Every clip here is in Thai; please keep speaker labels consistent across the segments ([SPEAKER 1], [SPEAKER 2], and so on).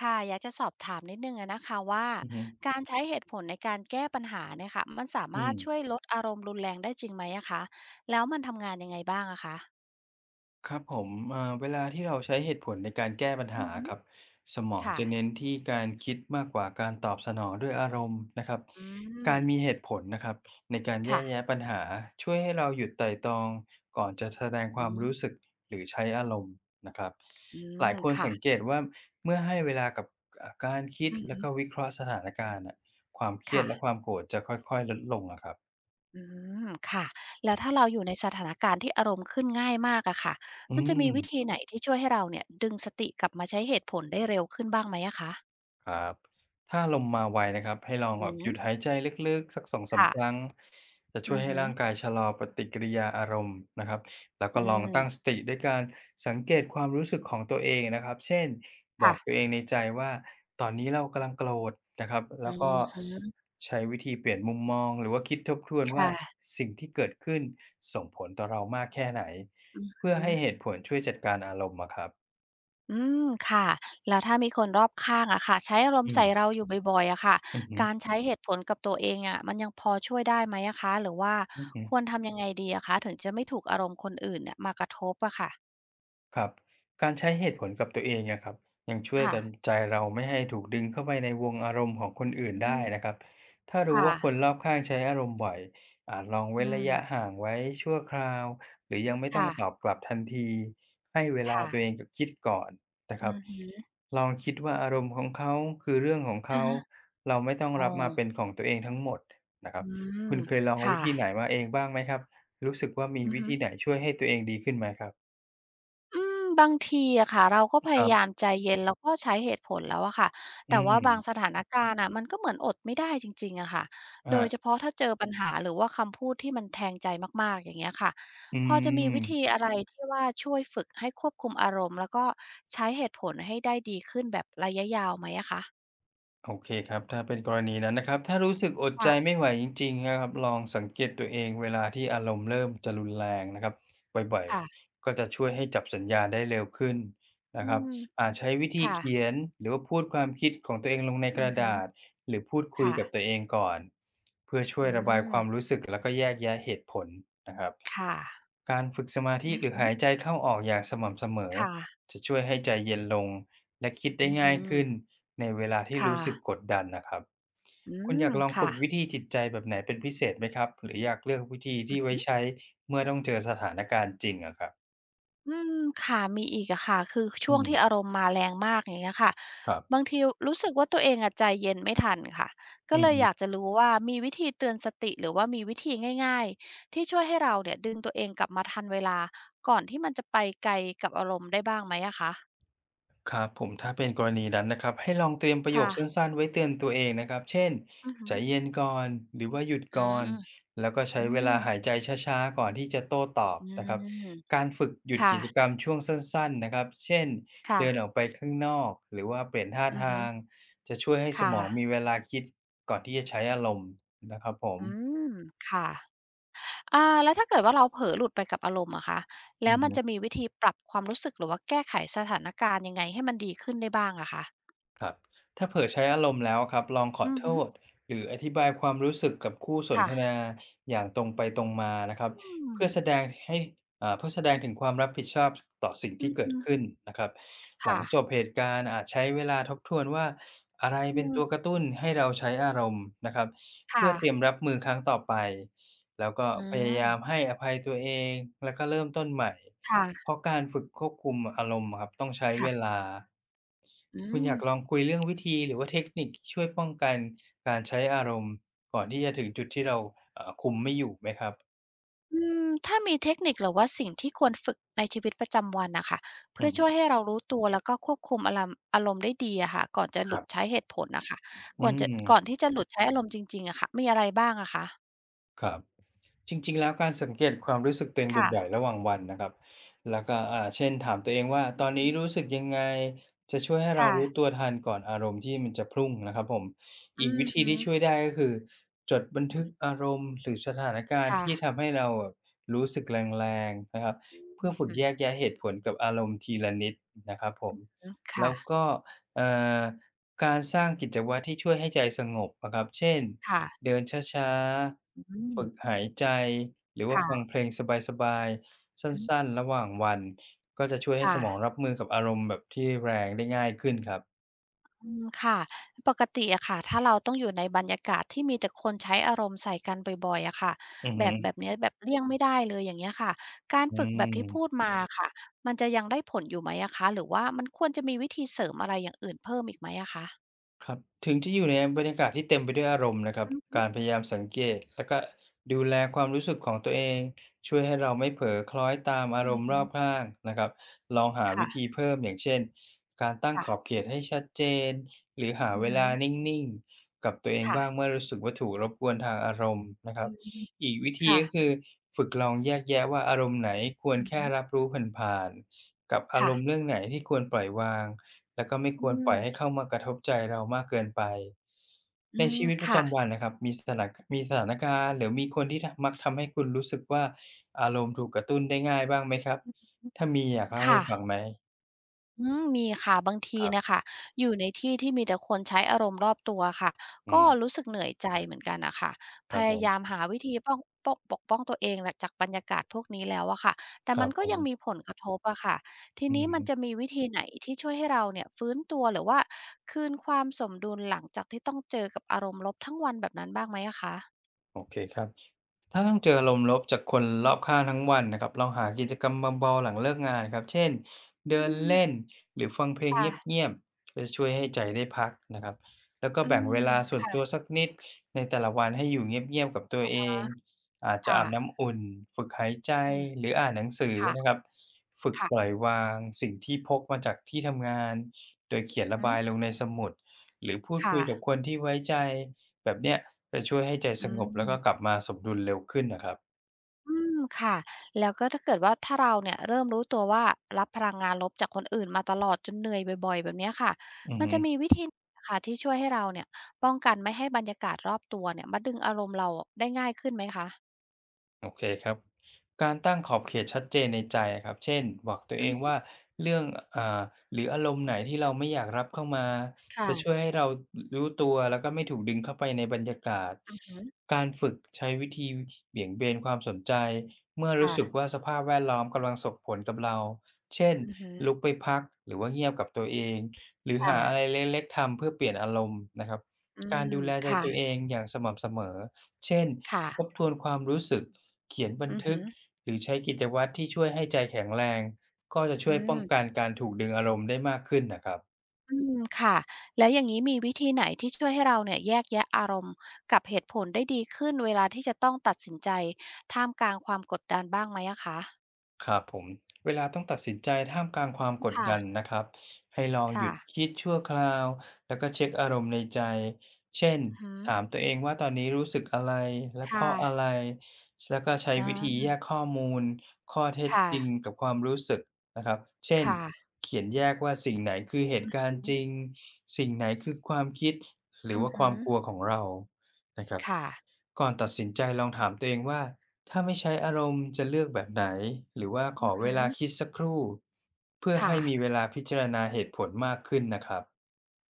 [SPEAKER 1] ค่ะอยากจะสอบถามนิดนึงอะนะคะว่า
[SPEAKER 2] อือฮึ
[SPEAKER 1] การใช้เหตุผลในการแก้ปัญหาเนี่ยค่ะมันสา
[SPEAKER 2] อื
[SPEAKER 1] มาร
[SPEAKER 2] ม
[SPEAKER 1] ถช่วยลดอารมณ์รุนแรงได้จริงไหมอะคะแล้วมันทำงานยังไงบ้างอะคะ
[SPEAKER 2] ครับผมเวลาที่เราใช้เหตุผลในการแก้ปัญ
[SPEAKER 1] อื
[SPEAKER 2] หา
[SPEAKER 1] อฮึ
[SPEAKER 2] อะครับสมอง
[SPEAKER 1] ค่ะ
[SPEAKER 2] จะเน้นที่การคิดมากกว่าการตอบสนองด้วยอารมณ์นะครับ
[SPEAKER 1] อื
[SPEAKER 2] กา
[SPEAKER 1] ม
[SPEAKER 2] รมีเหตุผลนะครับในการแย
[SPEAKER 1] ค่ะ
[SPEAKER 2] กแยะปัญหาช่วยให้เราหยุดไตร่ตรองก่อนจะแสดงค
[SPEAKER 1] อื
[SPEAKER 2] วามรู้สึ
[SPEAKER 1] ม
[SPEAKER 2] กหรือใช้อารมณ์นะครับ
[SPEAKER 1] อื
[SPEAKER 2] หลา
[SPEAKER 1] ม
[SPEAKER 2] ยคน
[SPEAKER 1] ค่ะ
[SPEAKER 2] สังเกตว่าเมื่อให้เวลากับการคิด
[SPEAKER 1] อื
[SPEAKER 2] แล้วก็
[SPEAKER 1] ม
[SPEAKER 2] วิเคราะห์สถานการณ์น่ะความเครียด
[SPEAKER 1] ค่ะ
[SPEAKER 2] และความโกรธจะค่อยๆลดลงอะครับ
[SPEAKER 1] อืมค่ะแล้วถ้าเราอยู่ในสถานการณ์ที่อารมณ์ขึ้นง่ายมากอะค่ะ
[SPEAKER 2] อื
[SPEAKER 1] มันจะ
[SPEAKER 2] ม
[SPEAKER 1] มีวิธีไหนที่ช่วยให้เราเนี่ยดึงสติกลับมาใช้เหตุผลได้เร็วขึ้นบ้างไหมอะคะ
[SPEAKER 2] ครับถ้าลมมาไวนะครับให้ลอง
[SPEAKER 1] อื
[SPEAKER 2] แบบหยุด
[SPEAKER 1] ม
[SPEAKER 2] หายใจลึกๆสัก2-3
[SPEAKER 1] ค่ะ
[SPEAKER 2] ครั้งจะช่ว
[SPEAKER 1] อื
[SPEAKER 2] ย
[SPEAKER 1] อ
[SPEAKER 2] ให้
[SPEAKER 1] ฮึ
[SPEAKER 2] ร่างกายชะลอปฏิกิริยาอารมณ์นะครับแล้วก็
[SPEAKER 1] อื
[SPEAKER 2] ลองตั้งส
[SPEAKER 1] ม
[SPEAKER 2] ติด้วยการสังเกตความรู้สึกของตัวเองนะครับเช่นบอ
[SPEAKER 1] ค่ะ
[SPEAKER 2] กตัวเองในใจว่าตอนนี้เรากำลังโกรธนะครับ
[SPEAKER 1] อื
[SPEAKER 2] แล้วก็
[SPEAKER 1] อ
[SPEAKER 2] ใช้วิธีเปลี่ยนมุมมองหรือว่าคิดทบทวนว่า
[SPEAKER 1] ค่ะ
[SPEAKER 2] สิ่งที่เกิดขึ้นส่งผลต่อเรามากแค่ไหนเพื่อ
[SPEAKER 1] อื
[SPEAKER 2] ให้เห
[SPEAKER 1] ม
[SPEAKER 2] ตุผลช่วยจัดการอารมณ์อะครับ
[SPEAKER 1] อืมค่ะแล้วถ้ามีคนรอบข้างอะค่ะ ใช้อารม
[SPEAKER 2] อื
[SPEAKER 1] ณ์
[SPEAKER 2] ม
[SPEAKER 1] ใส่เราอยู่บ่อยๆอะค่ะ
[SPEAKER 2] อือฮึ
[SPEAKER 1] การใช้เหตุผลกับตัวเองอะมันยังพอช่วยได้ไหมอะคะหรือว่า
[SPEAKER 2] อือฮึ
[SPEAKER 1] ควรทำยังไงดีอะคะถึงจะไม่ถูกอารมณ์คนอื่นเนี่ยมากระทบอะค่ะ
[SPEAKER 2] ครับการใช้เหตุผลกับตัวเองอะครับยังช่วย
[SPEAKER 1] ค่ะ
[SPEAKER 2] กันใจเราไม่ให้ถูกดึงเข้าไปในวงอารมณ์ของคนอื่น
[SPEAKER 1] อื
[SPEAKER 2] ได้นะค
[SPEAKER 1] ม
[SPEAKER 2] รับถ้ารู้ว่าคน
[SPEAKER 1] ค่ะ
[SPEAKER 2] รอบข้างใช้อารมณ์บ่อยอาจลองเว้
[SPEAKER 1] อื
[SPEAKER 2] นระ
[SPEAKER 1] ม
[SPEAKER 2] ยะห่างไว้ชั่วคราวหรือยังไม่ต้อง
[SPEAKER 1] ค่ะ
[SPEAKER 2] ตอบกลับทันทีให้เวลา
[SPEAKER 1] ค่ะ
[SPEAKER 2] ตัวเองกับคิดก่อนนะครั
[SPEAKER 1] อื
[SPEAKER 2] บ
[SPEAKER 1] อหือ
[SPEAKER 2] ลองคิดว่าอารมณ์ของเขาคือเรื่องของ
[SPEAKER 1] อื
[SPEAKER 2] เขา
[SPEAKER 1] อฮ
[SPEAKER 2] เราไม่ต้อง
[SPEAKER 1] อ๋อ
[SPEAKER 2] รับมาเป็นของตัวเองทั้งหมดนะครับ
[SPEAKER 1] อื
[SPEAKER 2] คุ
[SPEAKER 1] ม
[SPEAKER 2] ณเคยลองวิ
[SPEAKER 1] ค่ะ
[SPEAKER 2] ธีไหนมาเองบ้างไหมครับรู้สึกว่ามี
[SPEAKER 1] อือ
[SPEAKER 2] วิ
[SPEAKER 1] ฮึ
[SPEAKER 2] ธีไหนช่วยให้ตัวเองดีขึ้นไหมครับ
[SPEAKER 1] อืมบางทีอะค่ะเราก็พ
[SPEAKER 2] ครั
[SPEAKER 1] ยายาม
[SPEAKER 2] บ
[SPEAKER 1] ใจเย็นแล้วก็ใช้เหตุผลแล้วอะค่ะ
[SPEAKER 2] อื
[SPEAKER 1] แต่
[SPEAKER 2] ม
[SPEAKER 1] ว่าบางสถานการณ์นะมันก็เหมือนอดไม่ได้จริงๆอะค่ะ
[SPEAKER 2] ค
[SPEAKER 1] โด
[SPEAKER 2] รั
[SPEAKER 1] ยเฉ
[SPEAKER 2] บ
[SPEAKER 1] พาะถ้าเจอปัญหาหรือว่าคำพูดที่มันแทงใจมากๆอย่างเงี้ยค่ะ
[SPEAKER 2] อื
[SPEAKER 1] พอจะมีวิธี
[SPEAKER 2] ม
[SPEAKER 1] อะไรที่ว่าช่วยฝึกให้ควบคุมอารมณ์แล้วก็ใช้เหตุผลให้ได้ดีขึ้นแบบระยะยาวไหมอะคะ
[SPEAKER 2] โอเคครับถ้าเป็นกรณีนั้นนะครับถ้ารู้สึกอดใจ
[SPEAKER 1] ค่ะ
[SPEAKER 2] ไม่ไหวจริงๆนะครับลองสังเกตตัวเองเวลาที่อารมณ์เริ่มจะ
[SPEAKER 1] อื
[SPEAKER 2] รุ
[SPEAKER 1] ม
[SPEAKER 2] นแรงนะครับบ่อย
[SPEAKER 1] ค่ะ
[SPEAKER 2] ๆก็จะช่วยให้จับสัญญาณได้เร็วขึ้นนะค
[SPEAKER 1] อื
[SPEAKER 2] รับ
[SPEAKER 1] ม
[SPEAKER 2] อาจใช้วิธี
[SPEAKER 1] ค่ะ
[SPEAKER 2] เขียนหรือว่าพูดความคิดของตัวเองลงในก
[SPEAKER 1] อือ
[SPEAKER 2] ระ
[SPEAKER 1] ฮึ
[SPEAKER 2] ดาษหรือพูดคุย
[SPEAKER 1] ค่ะ
[SPEAKER 2] กับตัวเองก่อนเพื่อช่วย
[SPEAKER 1] อื
[SPEAKER 2] ระบาย
[SPEAKER 1] ม
[SPEAKER 2] ความรู้สึกแล้วก็แยกแยะเหตุผลนะครับ
[SPEAKER 1] ค่ะ
[SPEAKER 2] การฝึกสมาธิ
[SPEAKER 1] อื
[SPEAKER 2] ห
[SPEAKER 1] อ
[SPEAKER 2] รือ
[SPEAKER 1] ฮึ
[SPEAKER 2] หายใจเข้าออกอย่างสม่ำเสมอ
[SPEAKER 1] ค่ะ
[SPEAKER 2] จะช่วยให้ใจเย็นลง และคิดได้
[SPEAKER 1] อือ
[SPEAKER 2] ง่า
[SPEAKER 1] ฮึ
[SPEAKER 2] ยขึ้นในเวลาที่
[SPEAKER 1] ค่ะ
[SPEAKER 2] รู้สึกกดดันนะครับ
[SPEAKER 1] อื
[SPEAKER 2] คุณอ
[SPEAKER 1] ม
[SPEAKER 2] ยากลองฝึ
[SPEAKER 1] ค่ะ
[SPEAKER 2] กวิธีจิตใจแบบไหนเป็นพิเศษไหมครับหรืออยากเลือกวิธีที่ไว้ใช้เมื่อต้องเจอสถานการณ์จริงอะครับ
[SPEAKER 1] อืมค่ะมีอีกอะค่ะคือ
[SPEAKER 2] อื
[SPEAKER 1] ช่วง
[SPEAKER 2] ม
[SPEAKER 1] ที่อารมณ์มาแรงมากอย่างเงี้ยค่ะ
[SPEAKER 2] ครั
[SPEAKER 1] บา
[SPEAKER 2] บ
[SPEAKER 1] งทีรู้สึกว่าตัวเองอะใจเย็นไม่ทันค่ะก็
[SPEAKER 2] อื
[SPEAKER 1] เลยอ
[SPEAKER 2] ม
[SPEAKER 1] ยากจะรู้ว่ามีวิธีเตือนสติหรือว่ามีวิธีง่ายๆที่ช่วยให้เราเนี่ยดึงตัวเองกลับมาทันเวลาก่อนที่มันจะไปไกลกับอารมณ์ได้บ้างไหมอะคะ
[SPEAKER 2] ครับผมถ้าเป็นกรณีนั้นนะครับให้ลองเตรียมประโยค
[SPEAKER 1] ค่ะ
[SPEAKER 2] สั้นๆไว้เตือนตัวเองนะครับเช่น
[SPEAKER 1] อือฮึ
[SPEAKER 2] ใจเย็นก่อนหรือว่าหยุด
[SPEAKER 1] อื
[SPEAKER 2] ก่อน
[SPEAKER 1] ม
[SPEAKER 2] แล้วก็ใช้
[SPEAKER 1] อื
[SPEAKER 2] เว
[SPEAKER 1] ม
[SPEAKER 2] ลาหายใจช้าๆก่อนที่จะโต้ตอบ
[SPEAKER 1] อื
[SPEAKER 2] นะครับ
[SPEAKER 1] ม
[SPEAKER 2] การฝึกหยุดกิจกรร
[SPEAKER 1] ค่ะ
[SPEAKER 2] มช่วงสั้นๆนะครับเช่น
[SPEAKER 1] ค่ะ
[SPEAKER 2] เดินออกไปข้างนอกหรือว่าเปลี่ยนท่า
[SPEAKER 1] อือฮึ
[SPEAKER 2] ทางจะช่วยให้ส
[SPEAKER 1] ค่ะ
[SPEAKER 2] มองมีเวลาคิดก่อนที่จะใช้อารมณ์นะครับผ
[SPEAKER 1] อื
[SPEAKER 2] ม
[SPEAKER 1] มค่ะ อ่าแล้วถ้าเกิดว่าเราเผลอหลุดไปกับอารมณ์อะคะแล้
[SPEAKER 2] อื
[SPEAKER 1] ว
[SPEAKER 2] อ
[SPEAKER 1] มั
[SPEAKER 2] ฮึ
[SPEAKER 1] นจะมีวิธีปรับความรู้สึกหรือว่าแก้ไขสถานการณ์ยังไงให้มันดีขึ้นได้บ้างอะคะ
[SPEAKER 2] ครับถ้าเผลอใช้อารมณ์แล้วครับลองขอ
[SPEAKER 1] อือ
[SPEAKER 2] โท
[SPEAKER 1] ฮึ
[SPEAKER 2] ษหรืออธิบายความรู้สึกกับคู่สนท
[SPEAKER 1] ค่ะ
[SPEAKER 2] นาอย่างตรงไปตรงมานะครับ
[SPEAKER 1] อืม
[SPEAKER 2] เพื่อแสดงให้เพื่อแสดงถึงความรับผิดชอบต่อสิ่ง
[SPEAKER 1] อื
[SPEAKER 2] ที่เกิด
[SPEAKER 1] ม
[SPEAKER 2] ขึ้นนะครับหลัง
[SPEAKER 1] ค่ะ
[SPEAKER 2] จบเหตุการณ์อาจใช้เวลาทบทวนว่าอะไร
[SPEAKER 1] เอ
[SPEAKER 2] เป็น
[SPEAKER 1] อ
[SPEAKER 2] ตัวกระตุ้นให้เราใช้อารมณ์นะครับเพื่
[SPEAKER 1] ค่ะ
[SPEAKER 2] อเตรียมรับมือครั้งต่อไปแล้วก็
[SPEAKER 1] อื
[SPEAKER 2] พยายาม
[SPEAKER 1] ม
[SPEAKER 2] ให้อภัยตัวเองแล้วก็เริ่มต้นใหม่ เพ
[SPEAKER 1] ค่ะ
[SPEAKER 2] ราะการฝึกควบคุมอารมณ์อะครับต้องใช้เว
[SPEAKER 1] ค่ะ
[SPEAKER 2] ลา
[SPEAKER 1] อื
[SPEAKER 2] คุณอ
[SPEAKER 1] ม
[SPEAKER 2] ยากลองคุยเรื่องวิธีหรือว่าเทคนิคช่วยป้องกันการใช้อารมณ์ก่อนที่จะถึงจุดที่เราคุมไม่อยู่ไหมครับ
[SPEAKER 1] อืมถ้ามีเทคนิคหรือว่าสิ่งที่ควรฝึกในชีวิตประจำวันน่ะค่ะ
[SPEAKER 2] อื
[SPEAKER 1] เพื่อ
[SPEAKER 2] อฮึ
[SPEAKER 1] ช่วยให้เรารู้ตัวแล้วก็ควบคุมอารมณ์ได้ดีอะค่ะก่อนจะ
[SPEAKER 2] ค
[SPEAKER 1] ห
[SPEAKER 2] รั
[SPEAKER 1] ลุด
[SPEAKER 2] บ
[SPEAKER 1] ใช้เหตุผลน่ะค่ะ
[SPEAKER 2] อืม
[SPEAKER 1] ก่อนที่จะหลุดใช้อารมณ์จริงๆอะค่ะมีอะไรบ้างอะคะ
[SPEAKER 2] ครับ จริงๆแล้วการสังเกตความรู้สึกตัวเอง
[SPEAKER 1] ค่ะ
[SPEAKER 2] บ่อยๆระหว่างวันนะครับแล้วก็เช่นถามตัวเองว่าต
[SPEAKER 1] อื
[SPEAKER 2] อ
[SPEAKER 1] อ
[SPEAKER 2] นนี้รู้
[SPEAKER 1] ฮึ
[SPEAKER 2] สึกยังไง จะช่วยให้เรา
[SPEAKER 1] ค่ะ
[SPEAKER 2] รู้ตัวทันก่อนอารมณ์ที่มันจะพุ่งนะครับผม
[SPEAKER 1] อื
[SPEAKER 2] อีกวิ
[SPEAKER 1] อ
[SPEAKER 2] ธี
[SPEAKER 1] ฮึ
[SPEAKER 2] ที่ช่วยได้ก็คือจดบัน
[SPEAKER 1] อื
[SPEAKER 2] ทึก
[SPEAKER 1] ม
[SPEAKER 2] อารมณ์หรือสถานการณ์
[SPEAKER 1] ค่ะ
[SPEAKER 2] ที่ทำให้เราแบบรู้สึกแรงๆนะครับเพื่
[SPEAKER 1] อื
[SPEAKER 2] อ
[SPEAKER 1] อ
[SPEAKER 2] ฝึก
[SPEAKER 1] ฮึ
[SPEAKER 2] แยกแยะเหตุผลกับอารมณ์ทีละนิดนะครับผมแล้ว
[SPEAKER 1] ค่ะ
[SPEAKER 2] ก็เอ่อการสร้างกิจวัตรที่ช่วยให้ใจสงบอะครับเช่น
[SPEAKER 1] ค่ะ
[SPEAKER 2] เดินช้า
[SPEAKER 1] อื
[SPEAKER 2] ๆ
[SPEAKER 1] ม
[SPEAKER 2] ฝึกหายใจ หรือว่าฟัง
[SPEAKER 1] ค่ะ
[SPEAKER 2] เพลงสบายๆ สั
[SPEAKER 1] อืม
[SPEAKER 2] ้นๆ ระหว่างวัน ก็จะช่วยให้ส
[SPEAKER 1] ค่ะ
[SPEAKER 2] มองรับมือกับอารมณ์แบบที่แรงได้ง่ายขึ้นครับ
[SPEAKER 1] อืมค่ะ ปกติอะค่ะถ้าเราต้องอยู่ในบรรยากาศที่มีแต่คนใช้อารมณ์ใส่กันบ่อยๆอะค่ะ
[SPEAKER 2] อือฮึ
[SPEAKER 1] แบบเนี้ยแบบเลี่ยงไม่ได้เลยอย่างเงี้ยค่ะการ
[SPEAKER 2] อื
[SPEAKER 1] ฝึกแบบที่พูด
[SPEAKER 2] ม
[SPEAKER 1] มาอะค่ะมันจะยังได้ผลอยู่ไหมอะคะหรือว่ามันควรจะมีวิธีเสริมอะไรอย่างอื่นเพิ่มอีกไหมอะคะ
[SPEAKER 2] ครับถึงจะอยู่ในบรรยากาศที่เต็มไปด้วยอารมณ์นะครับ
[SPEAKER 1] อือฮึ
[SPEAKER 2] การพยายามสังเกตแล้วก็ดูแลความรู้สึกของตัวเองช่วยให้เราไม่เผลอคล้อยตามอา
[SPEAKER 1] อื
[SPEAKER 2] ร
[SPEAKER 1] อ
[SPEAKER 2] มณ์ร
[SPEAKER 1] ฮึ
[SPEAKER 2] อบข้างนะครับลองหาวิ
[SPEAKER 1] ค่ะ
[SPEAKER 2] ธีเพิ่มอย่างเช่นการตั้งขอบเข
[SPEAKER 1] ค่ะ
[SPEAKER 2] ตให้ชัดเจนหรือหา
[SPEAKER 1] อือ
[SPEAKER 2] เว
[SPEAKER 1] ฮึ
[SPEAKER 2] ลานิ่งๆกับตัวเอง
[SPEAKER 1] ค่ะ
[SPEAKER 2] บ้างเมื่อรู้สึกว่าถูกรบกวนทางอารมณ์นะครั
[SPEAKER 1] อื
[SPEAKER 2] บ
[SPEAKER 1] ม
[SPEAKER 2] อีกวิธี
[SPEAKER 1] ค่ะ
[SPEAKER 2] ก็คือฝึกลองแยกแยะว่าอารมณ์ไหนควร
[SPEAKER 1] อือ
[SPEAKER 2] แค่
[SPEAKER 1] ฮึ
[SPEAKER 2] รับรู้ผ่านๆกับอาร
[SPEAKER 1] ค่ะ
[SPEAKER 2] มณ์เรื่องไหนที่ควรปล่อยวาง แล้วก็ไม่ค
[SPEAKER 1] อื
[SPEAKER 2] วรป
[SPEAKER 1] ม
[SPEAKER 2] ล่อยให้เข้ามากระทบใจเรามากเกินไป
[SPEAKER 1] อื
[SPEAKER 2] ใน
[SPEAKER 1] ม
[SPEAKER 2] ชีวิตประ
[SPEAKER 1] ค่ะ
[SPEAKER 2] จำวันนะครับมีสถานการณ์หรือมีคนที่มักทำให้คุณรู้สึกว่าอารมณ์ถูกกระตุ้นได้ง่ายบ้างไหมครับถ้ามีอยากเล่าให้
[SPEAKER 1] ค่ะ
[SPEAKER 2] ฟังไหม
[SPEAKER 1] อืมมีค่ะบาง
[SPEAKER 2] ค
[SPEAKER 1] ที
[SPEAKER 2] รั
[SPEAKER 1] เนี่ย
[SPEAKER 2] บ
[SPEAKER 1] ค่ะอยู่ในที่ที่มีแต่คนใช้อารมณ์รอบตัวค่ะ
[SPEAKER 2] อื
[SPEAKER 1] ก็
[SPEAKER 2] ม
[SPEAKER 1] รู้สึกเหนื่อยใจเหมือนกันน่ะค่ะ
[SPEAKER 2] ค
[SPEAKER 1] พ
[SPEAKER 2] รับผ
[SPEAKER 1] ยา
[SPEAKER 2] ม
[SPEAKER 1] ยามหาวิธีป้องปกป้องตัวเองแหละจากบรรยากาศพวกนี้แล้วอะค่ะแต่
[SPEAKER 2] ครั
[SPEAKER 1] มัน
[SPEAKER 2] บผ
[SPEAKER 1] ก็
[SPEAKER 2] ม
[SPEAKER 1] ยังมีผลกระทบอะค่ะที
[SPEAKER 2] อื
[SPEAKER 1] นี้มัน
[SPEAKER 2] ม
[SPEAKER 1] จะมีวิธีไหนที่ช่วยให้เราเนี่ยฟื้นตัวหรือว่าคืนความสมดุลหลังจากที่ต้องเจอกับอารมณ์ลบทั้งวันแบบนั้นบ้างไหมอะคะ
[SPEAKER 2] โอเคครับถ้าต้องเจออารมณ์ลบจากคนรอบข้างทั้งวันนะครับลองหากิจกรรมเบาๆหลังเลิกงานครับเช่นเดิ
[SPEAKER 1] อื
[SPEAKER 2] น
[SPEAKER 1] ม
[SPEAKER 2] เล่นหรือฟังเพลงเ
[SPEAKER 1] ค่ะ
[SPEAKER 2] งียบๆจะช่วยให้ใจได้พักนะครับแล้วก็
[SPEAKER 1] อื
[SPEAKER 2] แบ่ง
[SPEAKER 1] ม
[SPEAKER 2] เวลาส่วนตัว
[SPEAKER 1] ค่ะ
[SPEAKER 2] สักนิดในแต่ละวันให้อยู่เงียบๆกับตัว
[SPEAKER 1] อะ
[SPEAKER 2] เอ
[SPEAKER 1] ฮะ
[SPEAKER 2] งอาจจะ
[SPEAKER 1] ค่ะ
[SPEAKER 2] อาบน้ำอุ่นฝึกหายใจ
[SPEAKER 1] อืม
[SPEAKER 2] หรืออ่านหนังสือ
[SPEAKER 1] ค่ะ
[SPEAKER 2] นะครับฝึกปล่อย
[SPEAKER 1] ค่ะ
[SPEAKER 2] วางสิ่งที่พกมาจากที่ทำงานโดยเขียน
[SPEAKER 1] อือ
[SPEAKER 2] ระ
[SPEAKER 1] ฮึ
[SPEAKER 2] บายลงในสมุดหรือพูดคุ
[SPEAKER 1] ค่ะ
[SPEAKER 2] ยกับคนที่ไว้ใจ แบบเนี้ยจะช่วยให้ใจส
[SPEAKER 1] อื
[SPEAKER 2] งบแล้วก็ก
[SPEAKER 1] ม
[SPEAKER 2] ลับมาสมดุลเร็วขึ้นนะครับ
[SPEAKER 1] อืมค่ะแล้วก็ถ้าเราเนี่ยเริ่มรู้ตัวว่ารับพลังงานลบจากคนอื่นมาตลอดจนเหนื่อยบ่อยๆแบบเนี้ยค่ะ
[SPEAKER 2] อือ
[SPEAKER 1] มัน
[SPEAKER 2] ฮึ
[SPEAKER 1] จะมีวิธีค่ะที่ช่วยให้เราเนี่ยป้องกันไม่ให้บรรยากาศรอบตัวเนี่ยมาดึงอารมณ์เราอะได้ง่ายขึ้นไหมคะ
[SPEAKER 2] โอเคครับการตั้งขอบเขตชัดเจนในใจอะครับเช่นบอกตัว
[SPEAKER 1] อื
[SPEAKER 2] เอง
[SPEAKER 1] ม
[SPEAKER 2] ว่าเรื่องอ่าหรืออารมณ์ไหนที่เราไม่อยากรับเข้ามา
[SPEAKER 1] ค่ะ
[SPEAKER 2] จะช่วยให้เรารู้ตัวแล้วก็ไม่ถูกดึงเข้าไปในบรรยากาศ
[SPEAKER 1] อือฮึ
[SPEAKER 2] การฝึกใช้วิธีเบี่ยงเบนความสนใจเมื่อรู้สึก
[SPEAKER 1] ค่ะ
[SPEAKER 2] ว่าสภาพแวดล้อมกำลังส่งผลกับเราเช่น
[SPEAKER 1] อือฮึ
[SPEAKER 2] ลุกไปพักหรือว่าเงียบกับตัวเองหรือ
[SPEAKER 1] ค่ะ
[SPEAKER 2] หาอะไรเล็กๆทำเพื่อเปลี่ยนอารมณ์นะครับ
[SPEAKER 1] อื
[SPEAKER 2] การ
[SPEAKER 1] ม
[SPEAKER 2] ดูแลใจ
[SPEAKER 1] ค่ะ
[SPEAKER 2] ตัวเองอย่างสม่ำเสมอเช่น
[SPEAKER 1] ค่ะ
[SPEAKER 2] ทบทวนความรู้สึก เขียนบัน
[SPEAKER 1] อือ
[SPEAKER 2] ทึ
[SPEAKER 1] ฮึ
[SPEAKER 2] กหรือใช้กิจวัตรที่ช่วยให้ใจแข็งแรงก็จะ
[SPEAKER 1] อื
[SPEAKER 2] ช่วยป้อง
[SPEAKER 1] ม
[SPEAKER 2] กันการถูกดึงอารมณ์ได้มากขึ้นนะครับ
[SPEAKER 1] อืมค่ะแล้วอย่างงี้มีวิธีไหนที่ช่วยให้เราเนี่ยแยกแยะอารมณ์กับเหตุผลได้ดีขึ้นเวลาที่จะต้องตัดสินใจท่ามกลางความกดดันบ้างไหมอะคะ
[SPEAKER 2] ครับผมเวลาต้องตัดสินใจท่ามกลางความกดดัน
[SPEAKER 1] ค่ะ
[SPEAKER 2] นะครับให้ลองหยุ
[SPEAKER 1] ค่ะ
[SPEAKER 2] ดคิดชั่วคราวแล้วก็เช็คอารมณ์ในใจเช่น
[SPEAKER 1] อือฮึ
[SPEAKER 2] ถามตัวเองว่าตอนนี้รู้สึกอะไรและ
[SPEAKER 1] ค
[SPEAKER 2] เพราะอะ
[SPEAKER 1] ่ะ
[SPEAKER 2] ไรแล้วก็ใช้วิธี
[SPEAKER 1] อา
[SPEAKER 2] แยกข้อมูลข้อเท็จ
[SPEAKER 1] ค่ะ
[SPEAKER 2] จริงกับความรู้สึกนะครับเช่น
[SPEAKER 1] ค่ะ
[SPEAKER 2] เขียนแยกว่าสิ่งไหนคือเห
[SPEAKER 1] อื
[SPEAKER 2] ตุ
[SPEAKER 1] อฮ
[SPEAKER 2] การณ์จ
[SPEAKER 1] ึ
[SPEAKER 2] ริงสิ่งไหนคือความคิดหรือ
[SPEAKER 1] อือ
[SPEAKER 2] ว่าค
[SPEAKER 1] ฮึ
[SPEAKER 2] วามกลัวของเรานะครับ
[SPEAKER 1] ค่ะ
[SPEAKER 2] ก่อนตัดสินใจลองถามตัวเองว่า ถ้าไม่ใช้อารมณ์จะเลือกแบบไหนหรือว่าข
[SPEAKER 1] อื
[SPEAKER 2] อ
[SPEAKER 1] อ
[SPEAKER 2] เว
[SPEAKER 1] ฮึ
[SPEAKER 2] ลาคิดสักครู่เพื่อ
[SPEAKER 1] ค่ะ
[SPEAKER 2] ให้มีเวลาพิจารณาเหตุผลมากขึ้นนะครับ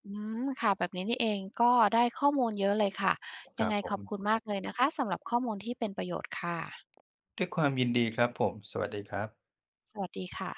[SPEAKER 1] อืมค่ะแบบนี้นี่เองก็ได้ข้อมูลเยอะเลยค่ะ
[SPEAKER 2] ค
[SPEAKER 1] ยั
[SPEAKER 2] รั
[SPEAKER 1] ง
[SPEAKER 2] บ
[SPEAKER 1] ไง
[SPEAKER 2] ผ
[SPEAKER 1] ข
[SPEAKER 2] ม
[SPEAKER 1] อบคุณมากเลยนะคะสำหรับข้อมูลที่เป็นประโยชน์ค่ะ
[SPEAKER 2] ด้วยความยินดีครับผมสวัสดีครับ
[SPEAKER 1] สวัสดีค่ะ